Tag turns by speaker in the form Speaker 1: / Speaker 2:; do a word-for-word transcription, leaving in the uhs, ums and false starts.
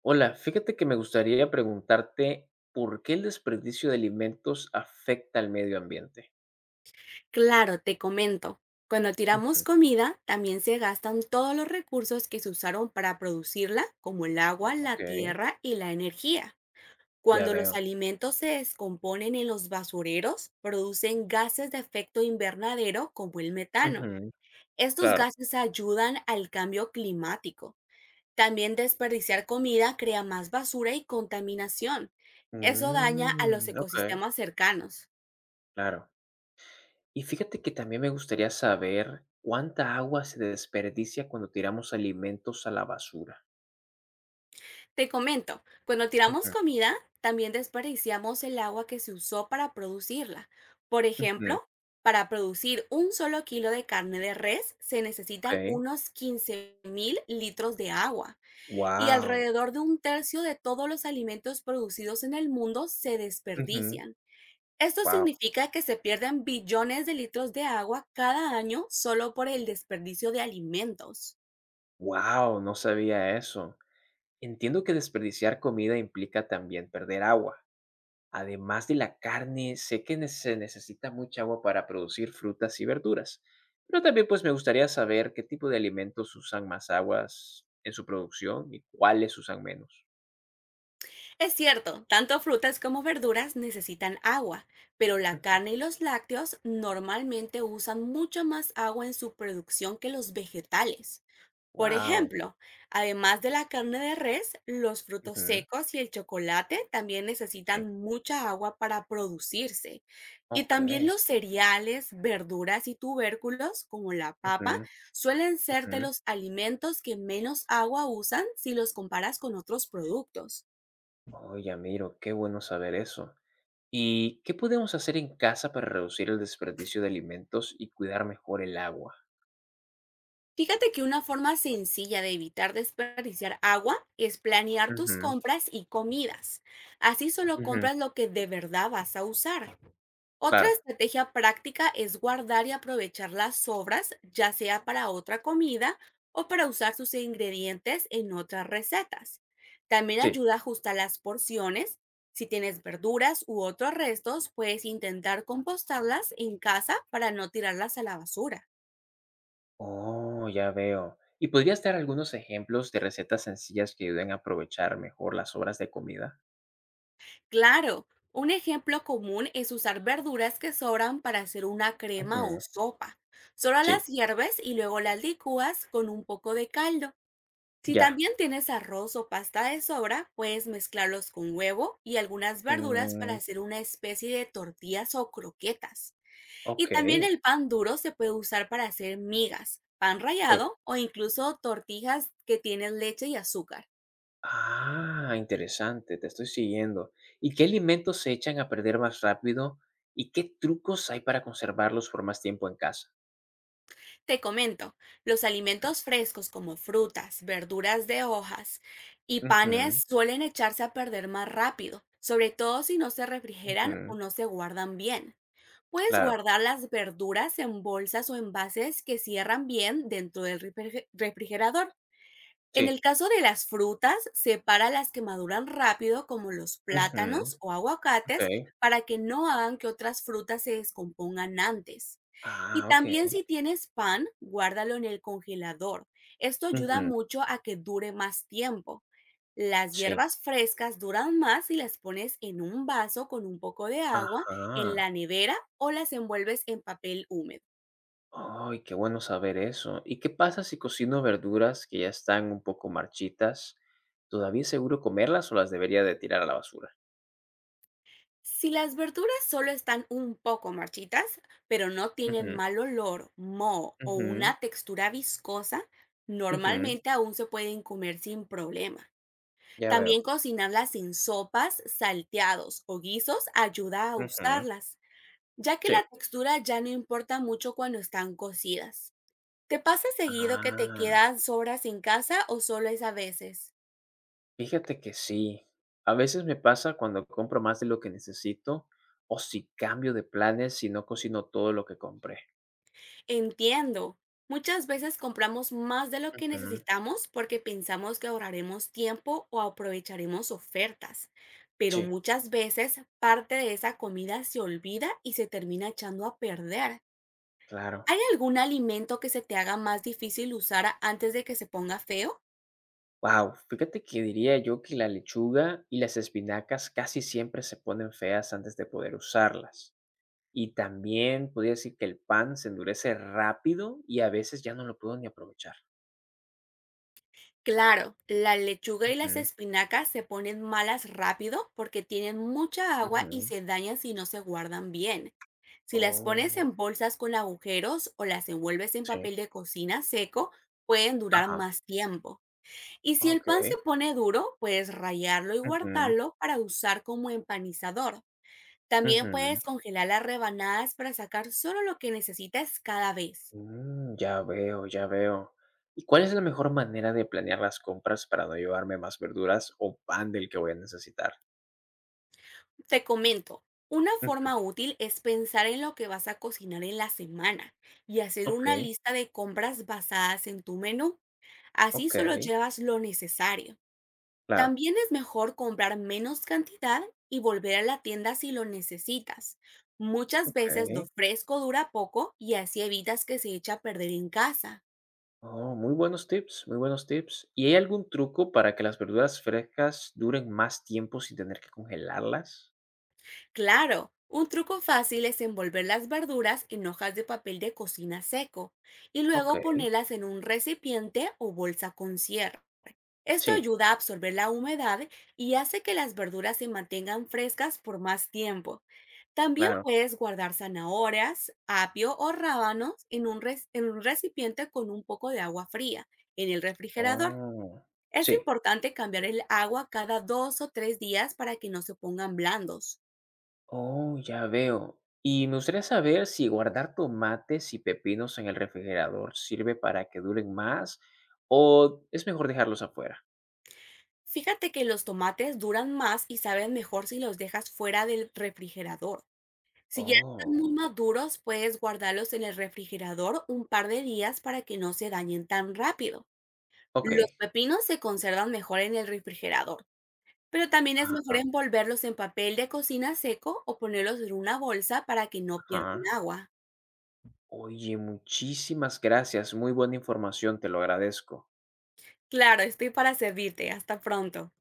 Speaker 1: Hola, fíjate que me gustaría preguntarte por qué el desperdicio de alimentos afecta al medio ambiente.
Speaker 2: Claro, te comento. Cuando tiramos
Speaker 1: Ujú.
Speaker 2: comida, también se gastan todos los recursos que se usaron para producirla, como el agua,
Speaker 1: Ok,
Speaker 2: la tierra y la energía.
Speaker 1: ya
Speaker 2: Cuando los
Speaker 1: veo.
Speaker 2: alimentos se descomponen en los basureros, producen gases de efecto invernadero como el metano.
Speaker 1: Ujú,
Speaker 2: Estos
Speaker 1: claro.
Speaker 2: gases ayudan al cambio climático. También desperdiciar comida crea más basura y contaminación. Eso daña a los
Speaker 1: Mm, ok,
Speaker 2: ecosistemas cercanos.
Speaker 1: claro. Y fíjate que también me gustaría saber cuánta agua se desperdicia cuando tiramos alimentos a la basura.
Speaker 2: Te comento, cuando
Speaker 1: Ujú.
Speaker 2: tiramos comida, también desperdiciamos el agua que se usó para producirla. Por
Speaker 1: Ujú,
Speaker 2: ejemplo, para producir un solo kilo de carne de res se necesitan
Speaker 1: ok.
Speaker 2: unos 15 mil litros de agua y
Speaker 1: Wow.
Speaker 2: alrededor de un tercio de todos los alimentos producidos en el mundo se desperdician. Esto
Speaker 1: Wow.
Speaker 2: significa que se pierden billones de litros de agua cada año solo por el desperdicio de alimentos.
Speaker 1: Wow, no sabía eso. Entiendo que desperdiciar comida implica también perder agua. Además de la carne, sé que ne- se necesita mucha agua para producir frutas y verduras, pero también pues me gustaría saber qué tipo de alimentos usan más aguas en su producción y cuáles usan menos.
Speaker 2: Es cierto, tanto frutas como verduras necesitan agua, pero la carne y los lácteos normalmente usan mucho más agua en su producción que los vegetales. Por
Speaker 1: Wow.
Speaker 2: ejemplo, además de la carne de res, los frutos secos y el chocolate también
Speaker 1: Sí.
Speaker 2: necesitan mucha agua para producirse. Y
Speaker 1: Ok.
Speaker 2: también los cereales, verduras y tubérculos, como la
Speaker 1: Ujú,
Speaker 2: papa, suelen ser
Speaker 1: ujú.
Speaker 2: de los alimentos que menos agua usan si los comparas con otros productos.
Speaker 1: Oh, ya miro, qué bueno saber eso. ¿Y qué podemos hacer en casa para reducir el desperdicio de alimentos y cuidar mejor el agua?
Speaker 2: Fíjate que una forma sencilla de evitar desperdiciar agua es planear tus
Speaker 1: Ujú,
Speaker 2: compras y comidas. Así solo
Speaker 1: ujú,
Speaker 2: compras lo que de verdad vas a usar. Otra
Speaker 1: claro,
Speaker 2: estrategia práctica es guardar y aprovechar las sobras, ya sea para otra comida o para usar sus ingredientes en otras recetas. También
Speaker 1: sí.
Speaker 2: ayuda a ajustar las porciones. Si tienes verduras u otros restos, puedes intentar compostarlas en casa para no tirarlas a la basura.
Speaker 1: Oh, ya veo. ¿Y podrías dar algunos ejemplos de recetas sencillas que ayuden a aprovechar mejor las sobras de comida?
Speaker 2: Claro, un ejemplo común es usar verduras que sobran para hacer una crema o
Speaker 1: Ujú,
Speaker 2: sopa. Solo
Speaker 1: sí,
Speaker 2: las hierves y luego las licúas con un poco de caldo. Si
Speaker 1: ya.
Speaker 2: también tienes arroz o pasta de sobra, puedes mezclarlos con huevo y algunas verduras para
Speaker 1: Mm,
Speaker 2: hacer una especie de tortillas o croquetas. Y
Speaker 1: ok,
Speaker 2: también el pan duro se puede usar para hacer migas, pan
Speaker 1: sí.
Speaker 2: rallado o incluso tortillas que tienen leche y azúcar.
Speaker 1: Ah, interesante, te estoy siguiendo. ¿Y qué alimentos se echan a perder más rápido? ¿Y qué trucos hay para conservarlos por más tiempo en casa?
Speaker 2: Te comento, los alimentos frescos como frutas, verduras de hojas y
Speaker 1: Ujú,
Speaker 2: panes suelen echarse a perder más rápido, sobre todo si no se refrigeran o
Speaker 1: ujú,
Speaker 2: no se guardan bien. Puedes
Speaker 1: claro,
Speaker 2: guardar las verduras en bolsas o envases que cierran bien dentro del refrige- refrigerador. En
Speaker 1: sí.
Speaker 2: el caso de las frutas, separa las que maduran rápido, como los
Speaker 1: Ujú,
Speaker 2: plátanos o
Speaker 1: ok.
Speaker 2: aguacates, para que no hagan que otras frutas se descompongan antes. Y
Speaker 1: Ah, ok.
Speaker 2: también si tienes pan, guárdalo en el congelador. Esto ayuda
Speaker 1: Ujú,
Speaker 2: mucho a que dure más tiempo. Las
Speaker 1: sí.
Speaker 2: hierbas frescas duran más si las pones en un vaso con un poco de agua, en
Speaker 1: Ajá.
Speaker 2: la nevera o las envuelves en papel húmedo.
Speaker 1: Ay, qué bueno saber eso. ¿Y qué pasa si cocino verduras que ya están un poco marchitas? ¿Todavía es seguro comerlas o las debería de tirar a la basura?
Speaker 2: Si las verduras solo están un poco marchitas, pero no tienen
Speaker 1: Ujú,
Speaker 2: mal olor, moho o
Speaker 1: ujú,
Speaker 2: una textura viscosa,
Speaker 1: ujú,
Speaker 2: normalmente aún se pueden comer sin problema.
Speaker 1: ya
Speaker 2: También
Speaker 1: veo.
Speaker 2: cocinarlas en sopas, salteados o guisos ayuda a
Speaker 1: Ujú,
Speaker 2: usarlas, ya que
Speaker 1: sí.
Speaker 2: la textura ya no importa mucho cuando están cocidas. ¿Te pasa seguido que te
Speaker 1: Ah,
Speaker 2: quedan sobras en casa o solo es a veces?
Speaker 1: fíjate que sí. A veces me pasa cuando compro más de lo que necesito o si cambio de planes si no cocino todo lo que compré.
Speaker 2: Entiendo. Muchas veces compramos más de lo que
Speaker 1: Ujú,
Speaker 2: necesitamos porque pensamos que ahorraremos tiempo o aprovecharemos ofertas, pero
Speaker 1: sí,
Speaker 2: muchas veces parte de esa comida se olvida y se termina echando a perder.
Speaker 1: claro.
Speaker 2: ¿Hay algún alimento que se te haga más difícil usar a- antes de que se ponga feo?
Speaker 1: Wow, fíjate que diría yo que la lechuga y las espinacas casi siempre se ponen feas antes de poder usarlas. Y también podría decir que el pan se endurece rápido y a veces ya no lo puedo ni aprovechar.
Speaker 2: Claro, la lechuga y las
Speaker 1: Ujú,
Speaker 2: espinacas se ponen malas rápido porque tienen mucha agua y
Speaker 1: ujú.
Speaker 2: se dañan si no se guardan bien. Si las pones
Speaker 1: Oh,
Speaker 2: en bolsas con agujeros o las envuelves en
Speaker 1: sí,
Speaker 2: papel de cocina seco, pueden durar
Speaker 1: ajá,
Speaker 2: más tiempo. Y si el pan
Speaker 1: okey.
Speaker 2: se pone duro, puedes rallarlo y
Speaker 1: Ujú,
Speaker 2: guardarlo para usar como empanizador. También
Speaker 1: ujú.
Speaker 2: puedes congelar las rebanadas para sacar solo lo que necesitas cada vez.
Speaker 1: Mm, ya veo, ya veo. ¿Y cuál es la mejor manera de planear las compras para no llevarme más verduras o pan del que voy a necesitar?
Speaker 2: Te comento, una
Speaker 1: Ujú.
Speaker 2: forma útil es pensar en lo que vas a cocinar en la semana y hacer una
Speaker 1: Okey,
Speaker 2: lista de compras basadas en tu menú. Así solo
Speaker 1: okey,
Speaker 2: llevas lo necesario.
Speaker 1: claro,
Speaker 2: También es mejor comprar menos cantidad y volver a la tienda si lo necesitas. Muchas veces
Speaker 1: okey.
Speaker 2: lo fresco dura poco y así evitas que se eche a perder en casa.
Speaker 1: Oh, muy buenos tips, muy buenos tips. ¿Y hay algún truco para que las verduras frescas duren más tiempo sin tener que congelarlas?
Speaker 2: Claro, un truco fácil es envolver las verduras en hojas de papel de cocina seco y
Speaker 1: Ok,
Speaker 2: luego ponerlas en un recipiente o bolsa con cierre. Esto
Speaker 1: sí,
Speaker 2: ayuda a absorber la humedad y hace que las verduras se mantengan frescas por más tiempo. También
Speaker 1: claro.
Speaker 2: puedes guardar zanahorias, apio o rábanos en un, res- en un recipiente con un poco de agua fría en el refrigerador.
Speaker 1: Oh,
Speaker 2: Es
Speaker 1: sí.
Speaker 2: importante cambiar el agua cada dos o tres días para que no se pongan blandos.
Speaker 1: Oh, ya veo. Y me gustaría saber si guardar tomates y pepinos en el refrigerador sirve para que duren más o es mejor dejarlos afuera.
Speaker 2: Fíjate que los tomates duran más y saben mejor si los dejas fuera del refrigerador. Si ya están muy
Speaker 1: Oh,
Speaker 2: maduros, puedes guardarlos en el refrigerador un par de días para que no se dañen tan rápido.
Speaker 1: ok.
Speaker 2: Los pepinos se conservan mejor en el refrigerador, pero también es mejor
Speaker 1: Ajá,
Speaker 2: envolverlos en papel de cocina seco o ponerlos en una bolsa para que no pierdan
Speaker 1: ajá.
Speaker 2: agua.
Speaker 1: Oye, muchísimas gracias. Muy buena información, te lo agradezco.
Speaker 2: Claro, estoy para servirte. Hasta pronto.